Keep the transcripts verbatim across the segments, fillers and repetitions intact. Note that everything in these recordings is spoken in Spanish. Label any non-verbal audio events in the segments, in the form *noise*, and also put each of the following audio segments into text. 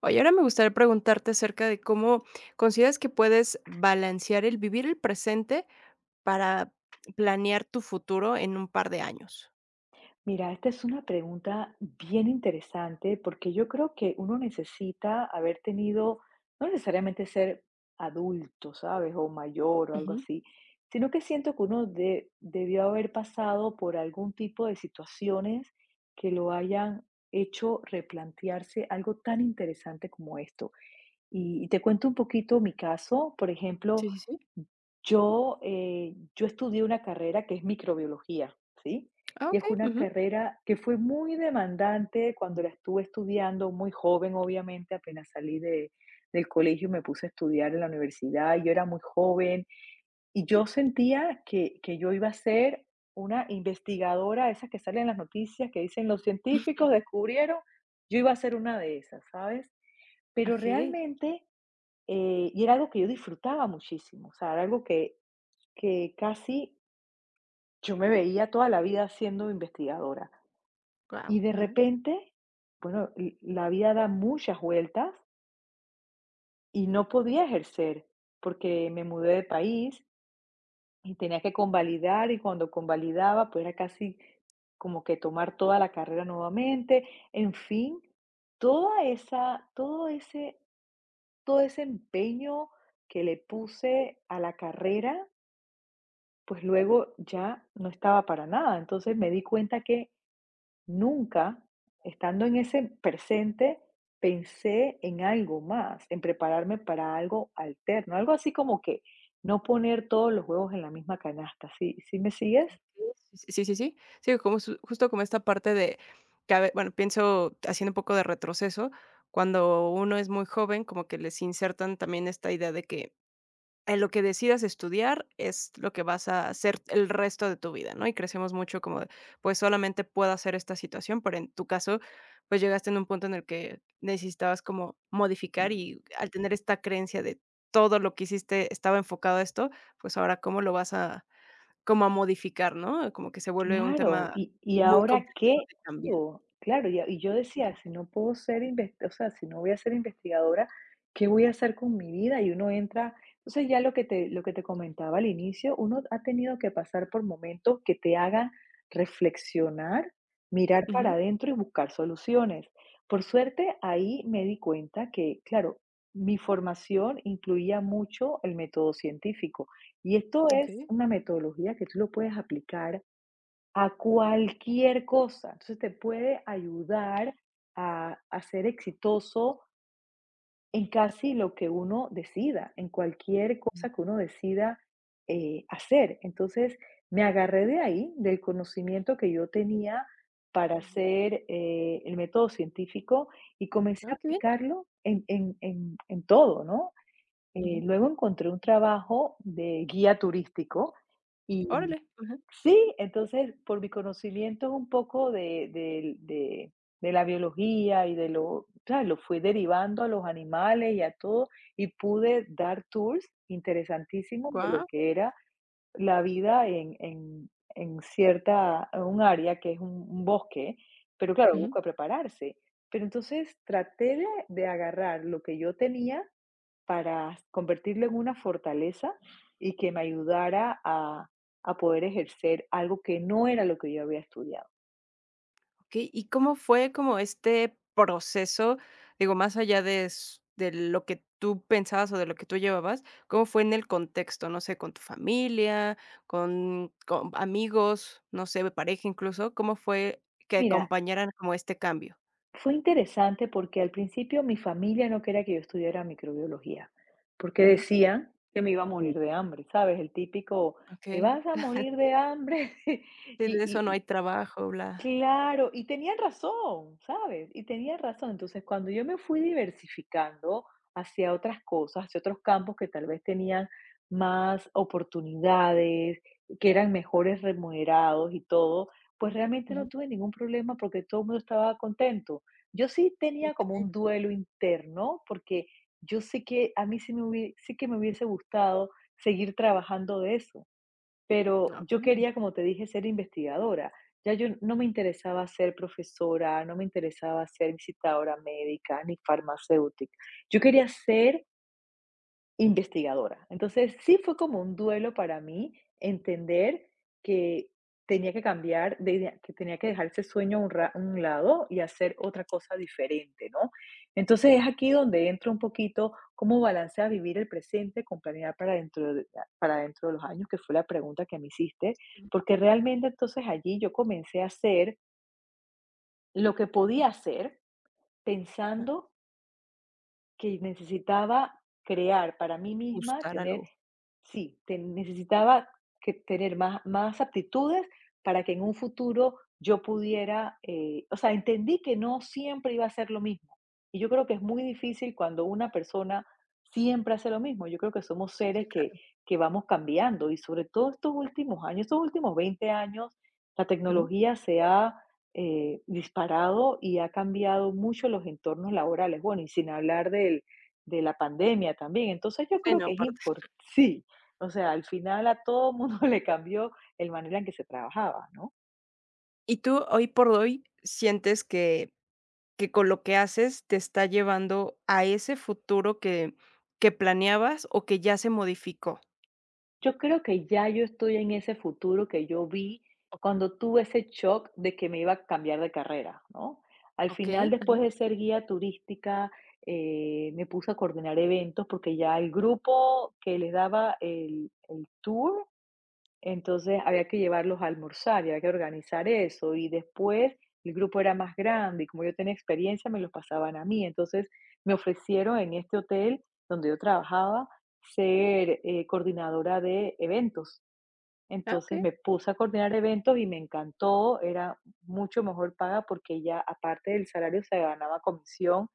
Oye, ahora me gustaría preguntarte acerca de cómo consideras que puedes balancear el vivir el presente para planear tu futuro en un par de años. Mira, esta es una pregunta bien interesante porque yo creo que uno necesita haber tenido, no necesariamente ser adulto, ¿sabes? O mayor o algo Ujú. así, sino que siento que uno de- debió haber pasado por algún tipo de situaciones que lo hayan hecho replantearse algo tan interesante como esto. Y y te cuento un poquito mi caso. Por Sí, ejemplo, sí, sí. yo, eh, yo estudié una carrera que es microbiología, ¿sí? Ah, Y es okey, una ujú. carrera que fue muy demandante cuando la estuve estudiando, muy joven, obviamente, apenas salí de, del colegio, me puse a estudiar en la universidad, yo era muy joven y yo sentía que, que yo iba a ser una investigadora, esas que salen en las noticias, que dicen los científicos descubrieron, yo iba a ser una de esas, ¿sabes? Pero Okey. realmente eh, y era algo que yo disfrutaba muchísimo, o sea, era algo que, que casi yo me veía toda la vida siendo investigadora. Y Wow. de Ajá. repente, bueno, l- la vida da muchas vueltas y no podía ejercer porque me mudé de país y tenía que convalidar y cuando convalidaba, pues era casi como que tomar toda la carrera nuevamente, en fin, toda esa, todo ese, todo ese empeño que le puse a la carrera pues luego ya no estaba para nada. Entonces me di cuenta que nunca, estando en ese presente, Ujú. pensé en algo más, en prepararme para algo alterno, algo así como que no poner todos los huevos en la misma canasta. ¿Sí, sí me sigues? Okey, sí, sí, sí, sí. Sí, como su justo como esta parte de que a ve bueno, pienso haciendo un poco de retroceso, cuando uno es muy joven, como que les insertan también esta idea de que en lo que decidas estudiar es lo que vas a hacer el resto de tu vida, ¿no? Y crecemos mucho como de, pues solamente puedo hacer esta situación, pero en tu caso, pues llegaste en un punto en el que necesitabas como modificar y al tener esta creencia de todo lo que hiciste estaba enfocado a esto, pues ahora cómo lo vas a, como a modificar, ¿no? Como que se vuelve un Claro, tema ¿y y muy ahora complicado qué de cambiar. hago? Claro, y y yo Sí, decía, sí, si sí. no puedo ser inves o sea, si no voy a ser investigadora, ¿qué voy a hacer con mi vida? Y uno entra entonces ya lo que te lo que te comentaba al inicio, uno ha tenido que pasar por momentos que te hagan reflexionar, mirar para Ujú, adentro y buscar soluciones. Por suerte, ahí me di cuenta que, claro, mi formación incluía mucho el método científico, y esto es okey. una metodología que tú lo puedes aplicar a cualquier cosa. Entonces te puede ayudar a, a ser exitoso en casi lo que uno decida, en cualquier Ujú, cosa que uno decida eh, hacer. Entonces me agarré de ahí, del conocimiento que yo tenía para ujú. hacer eh, el método científico y comencé Ah, a qué bien. aplicarlo en, en- en- en todo, ¿no? Eh, Ujú. luego encontré un trabajo de guía turístico. Órale. Ajá. Sí, entonces, por mi conocimiento un poco de de de de la biología y de lo ¿sabes? Lo fui derivando a los animales y a todo, y pude dar tours interesantísimos de lo Guau. que era la vida en en en cierta en un área que es un un bosque, pero claro, Ujú. busca prepararse. Pero entonces traté de de agarrar lo que yo tenía para convertirlo en una fortaleza y que me ayudara a, a poder ejercer algo que no era lo que yo había estudiado. Okey, ¿y cómo fue como este proceso? Digo, más allá de s de lo que tú pensabas o de lo que tú llevabas, ¿cómo fue en el contexto? No sé, con tu familia, con con amigos, no sé, pareja incluso, ¿cómo fue que Mira, acompañaran como este cambio? fue interesante porque al principio mi familia no quería que yo estudiara microbiología, porque Ujú. decían que me iba a morir de hambre, ¿sabes? El típico, te Okey, vas a morir de hambre. *laughs* sí, de eso no Y, hay trabajo, bla. claro, y tenían razón, ¿sabes? Y tenían razón. Entonces, cuando yo me fui diversificando hacia otras cosas, hacia otros campos que tal vez tenían más oportunidades, que eran mejores remunerados y todo, pues realmente no Ujú. tuve ningún problema porque todo el mundo estaba contento. Yo sí tenía como Okey, un duelo interno porque yo sé que a mí sí, me hubie- sí que me hubiese gustado seguir trabajando de eso pero yo okey, quería, como te dije, ser investigadora. Ya yo no me interesaba ser profesora, no me interesaba ser visitadora médica ni farmacéutica. Yo quería ser investigadora. Entonces, sí fue como un duelo para mí entender que tenía que cambiar, de idea- que tenía que dejar ese sueño a un, ra- a un lado y hacer otra cosa diferente, ¿no? Entonces es aquí donde entra un poquito cómo balancea vivir el presente con planear para dentro de, para dentro de los años, que fue la pregunta que me hiciste, porque realmente entonces allí yo comencé a hacer lo que podía hacer ajá, pensando que necesitaba crear para mí misma, buscar tener. algo. Sí, te necesitaba que tener más, más aptitudes para que en un futuro yo pudiera, eh, o sea, entendí que no siempre iba a ser lo mismo. Y yo creo que es muy difícil cuando una persona siempre hace lo mismo. Yo creo que somos seres Sí, que, claro. que vamos cambiando y sobre todo estos últimos años, estos últimos veinte años, la Ujú. tecnología se ha eh, disparado y ha cambiado mucho los entornos laborales. Bueno, y sin hablar del, de la pandemia también. Entonces yo Sí, creo no, que es aparte. importante, o sea, al final a todo mundo *laughs* le cambió el manera en que se trabajaba, ¿no? ¿Y tú hoy por hoy sientes que que con lo que haces te está llevando a ese futuro que que planeabas o que ya se modificó? Yo creo que ya yo estoy en ese futuro que yo vi O cuando tuve ese shock de que me iba a cambiar de carrera, ¿no? Al final, Okey, después ajá. de ser guía turística, eh, me puse a coordinar eventos porque ya el grupo que les daba el, el tour. Entonces había que llevarlos a almorzar y había que organizar eso. Y después el grupo era más grande y como yo tenía experiencia, me los pasaban a mí. Entonces me ofrecieron en este hotel donde yo trabajaba ser eh, coordinadora de eventos. Ah, Entonces okey. me puse a coordinar eventos y me encantó, era mucho mejor paga porque ya aparte del salario se ganaba comisión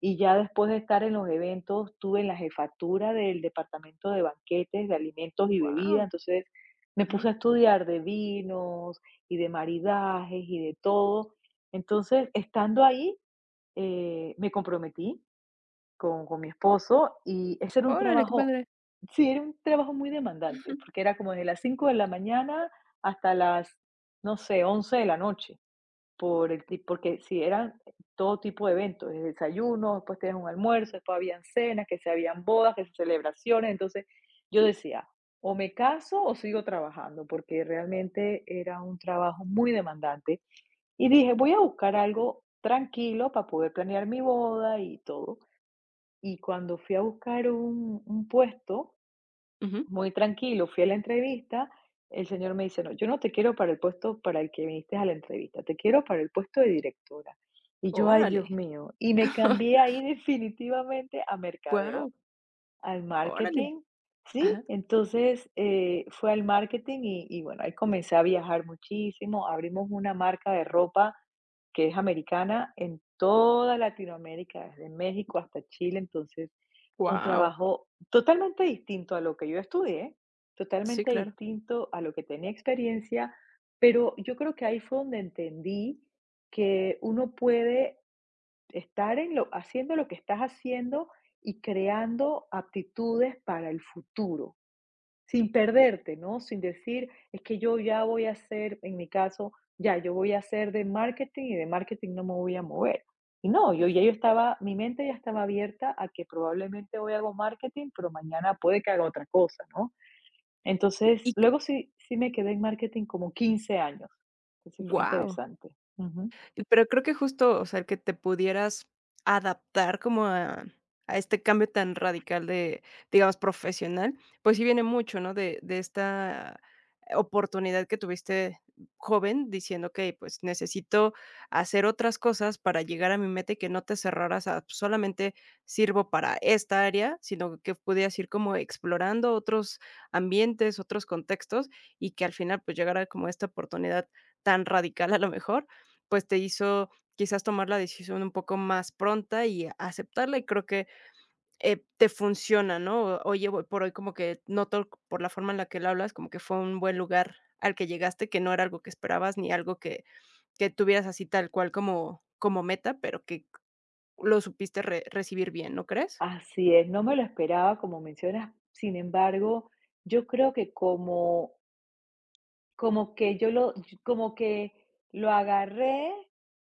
y ya después de estar en los eventos estuve en la jefatura del departamento de banquetes, de alimentos y bebidas, Guau, entonces me ajá. puse a estudiar de vinos y de maridajes y de todo. Entonces, estando ahí, eh, me comprometí con con mi esposo, y ese era un Órale, qué trabajo padre. sí, era un trabajo muy Ujú. demandante, porque era como desde las cinco de la mañana hasta las, no sé, once de la noche, por el ti porque si eran todo tipo de eventos, desde desayuno, después tenías un almuerzo, después habían cenas, que se habían bodas, que se celebraciones, entonces yo decía: "O me caso o sigo trabajando", porque realmente era un trabajo muy demandante, y dije: "Voy a buscar algo tranquilo para poder planear mi boda y todo". Y cuando fui a buscar un, un puesto, Ujú. muy tranquilo, fui a la entrevista, el señor me dice, no, yo no te quiero para el puesto para el que viniste a la entrevista, te quiero para el puesto de directora. Y yo, ay, Órale. Dios mío, y me *laughs* cambié ahí *laughs* definitivamente a mercadeo Wow. al Órale. marketing, sí. Ajá. Entonces, eh, fue al marketing y y bueno, ahí comencé a viajar muchísimo. Abrimos una marca de ropa que es americana en toda Latinoamérica, desde México hasta Chile. Entonces, fue un Wow. trabajo totalmente distinto a lo que yo estudié, Sí, totalmente claro. distinto a lo que tenía experiencia, pero yo creo que ahí fue donde entendí que uno puede estar en lo haciendo lo que estás haciendo y creando aptitudes para el futuro, sin perderte, ¿no? Sin decir, es que yo ya voy a hacer, en mi caso, ya yo voy a hacer de marketing y de marketing no me voy a mover. Y no, yo ya yo estaba, mi mente ya estaba abierta a que probablemente hoy hago marketing, pero mañana puede que haga otra cosa, ¿no? Entonces, Y luego sí, sí me quedé en marketing como quince años. Entonces fue wow. interesante. Y pero creo que justo, o sea, el que te pudieras adaptar como a a este cambio tan radical de, digamos, profesional, pues sí viene mucho, ¿no? De de esta oportunidad que tuviste joven diciendo: "Okey, pues necesito hacer otras cosas para llegar a mi meta", y que no te cerraras a pues solamente sirvo para esta área, sino que pudieras ir como explorando otros ambientes, otros contextos, y que al final, pues, llegara como esta oportunidad tan radical a lo mejor, pues, te hizo quizás tomar la decisión un poco más pronta y aceptarla, y creo que, eh, te funciona, ¿no? Oye, hoy por hoy como que noto por la forma en la que lo hablas, como que fue un buen lugar al que llegaste, que no era algo que esperabas, ni algo que que tuvieras así tal cual como como meta, pero que lo supiste re recibir bien, ¿no crees? Así es, no me lo esperaba, como mencionas. Sin embargo, yo creo que como como que yo lo como que lo agarré,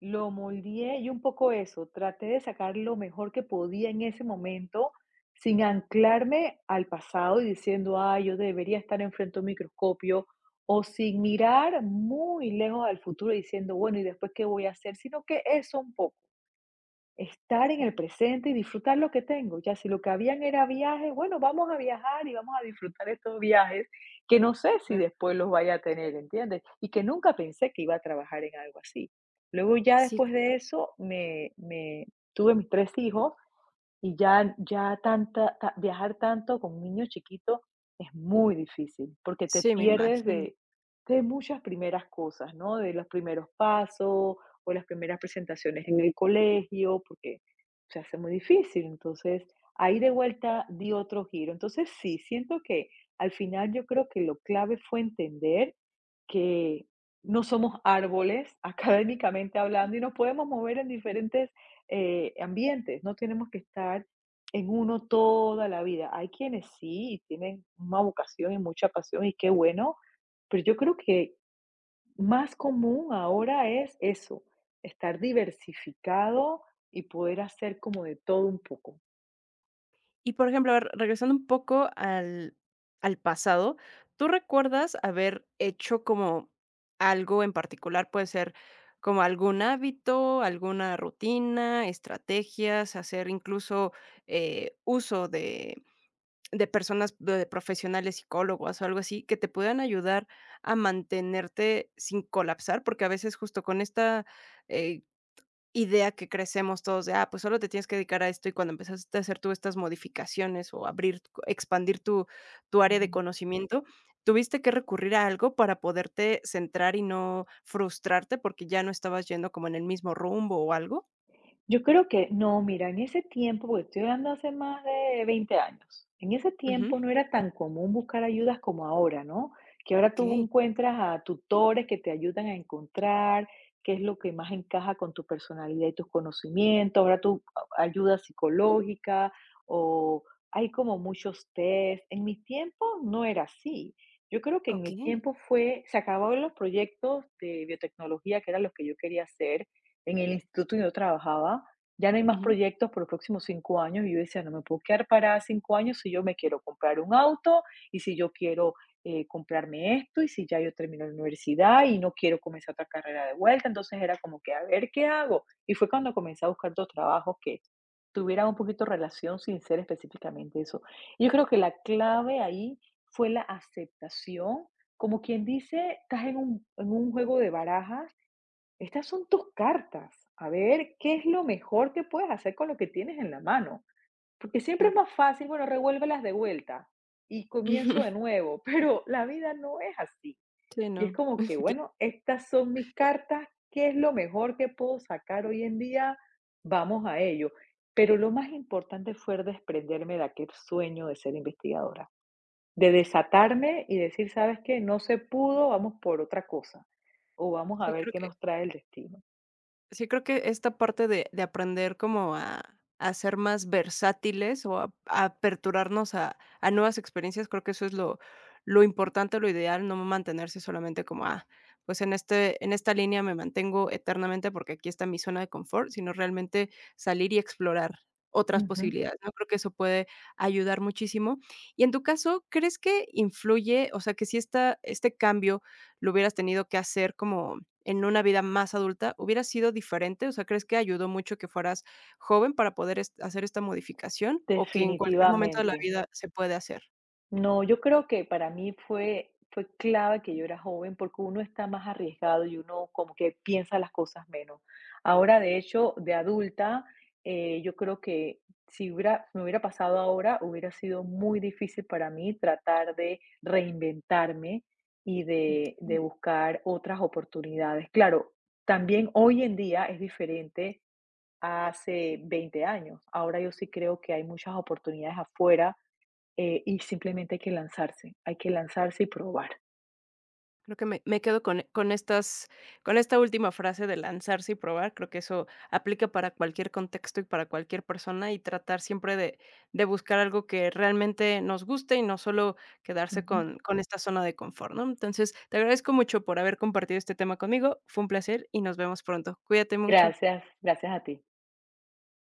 lo moldeé y un poco eso, traté de sacar lo mejor que podía en ese momento, sin anclarme al pasado y diciendo: ah, yo debería estar enfrente a un microscopio", o sin mirar muy lejos al futuro y diciendo: "Bueno, ¿y después qué voy a hacer?", sino que eso un poco. Estar en el presente y disfrutar lo que tengo. Ya si lo que habían era viajes, bueno, vamos a viajar y vamos a disfrutar estos viajes que no sé si Claro. después los vaya a tener, ¿entiendes? Y que nunca pensé que iba a trabajar en algo así. Luego ya Sí, después claro. de eso me, me tuve mis tres hijos y ya ya tanta ta viajar tanto con un niño chiquito es muy difícil, porque te Sí, me pierdes imagino. de de muchas primeras cosas, ¿no? De los primeros pasos, o las primeras presentaciones en el colegio, porque se hace muy difícil. Entonces, ahí de vuelta di otro giro. Entonces, sí, siento que al final yo creo que lo clave fue entender que no somos árboles, *laughs* académicamente hablando, y nos podemos mover en diferentes eh, ambientes, no tenemos que estar en uno toda la vida. Hay quienes sí tienen una vocación y mucha pasión y qué bueno, pero yo creo que más común ahora es eso, estar diversificado y poder hacer como de todo un poco. Y, por ejemplo, a ver, regresando un poco al al pasado, ¿tú recuerdas haber hecho como algo en particular? Puede ser como algún hábito, alguna rutina, estrategias, hacer incluso, eh, uso de de personas, de profesionales, psicólogos o algo así, que te puedan ayudar a mantenerte sin colapsar, porque a veces justo con esta, eh, idea que crecemos todos de, ah, pues solo te tienes que dedicar a esto y cuando empezaste a hacer tú estas modificaciones o abrir, co expandir tu tu área de Ujú. conocimiento, ¿tuviste que recurrir a algo para poderte centrar y no frustrarte porque ya no estabas yendo como en el mismo rumbo o algo? Yo creo que no, mira, en ese tiempo, porque estoy hablando hace más de veinte años, en ese Ujú. tiempo no era tan común buscar ayudas como ahora, ¿no? Que ahora tú Okey, encuentras a tutores que te ayudan a encontrar qué es lo que más encaja con tu personalidad y tus conocimientos, ahora tú a- ayuda psicológica o hay como muchos test. En mi tiempo no era así. Yo creo que en mi okey. tiempo fue, se acabaron los proyectos de biotecnología, que eran los que yo quería hacer, en el instituto donde yo trabajaba, ya no hay más Ujú, proyectos por los próximos cinco años. Y yo decía, no me puedo quedar parada cinco años si yo me quiero comprar un auto y si yo quiero eh, comprarme esto y si ya yo termino la universidad y no quiero comenzar otra carrera de vuelta. Entonces era como que, a ver, ¿qué hago? Y fue cuando comencé a buscar dos trabajos que tuvieran un poquito relación sin ser específicamente eso. Y yo creo que la clave ahí fue la aceptación. Como quien dice, estás en un, en un juego de barajas estas son tus cartas. A ver qué es lo mejor que puedes hacer con lo que tienes en la mano. Porque siempre es claro. más fácil, bueno, revuélvelas de vuelta y comienzo de *laughs* nuevo, *laughs* pero la vida no es así. Sí, Y es no. como que, *laughs* bueno, estas son mis cartas, ¿qué es lo mejor que puedo sacar hoy en día? Vamos a ello. Pero lo más importante fue desprenderme de aquel sueño de ser investigadora, de desatarme y decir, ¿sabes qué? No se pudo, vamos por otra cosa o vamos a Sí, ver creo qué que nos trae el destino. Sí, creo que esta parte de de aprender como a a ser más versátiles o a a aperturarnos a a nuevas experiencias, creo que eso es lo lo importante, lo ideal, no mantenerse solamente como, ah, pues en este en esta línea me mantengo eternamente porque aquí está mi zona de confort, sino realmente salir y explorar otras Ujú. posibilidades, ¿no? Creo que eso puede ayudar muchísimo. Y en tu caso, ¿crees que influye, o sea, que si esta este cambio lo hubieras tenido que hacer como en una vida más adulta, hubiera sido diferente? O sea, ¿crees que ayudó mucho que fueras joven para poder est hacer esta modificación, o que en cualquier momento de la Definitivamente. vida se puede hacer? No, yo creo que para mí fue fue clave que yo era joven, porque uno está más arriesgado y uno como que piensa las cosas menos. Ahora, de hecho, de adulta, eh, yo creo que si hubiera me hubiera pasado ahora, hubiera sido muy difícil para mí tratar de reinventarme y de de buscar otras oportunidades. Claro, también hoy en día es diferente a hace veinte años. Ahora yo sí creo que hay muchas oportunidades afuera eh, y simplemente hay que lanzarse, hay que lanzarse y probar. Creo que me me quedo con con estas con esta última frase de lanzarse y probar, creo que eso aplica para cualquier contexto y para cualquier persona, y tratar siempre de de buscar algo que realmente nos guste y no solo quedarse Ujú. con con esta zona de confort, ¿no? Entonces, te agradezco mucho por haber compartido este tema conmigo, fue un placer y nos vemos pronto. Cuídate mucho. Gracias, gracias a ti.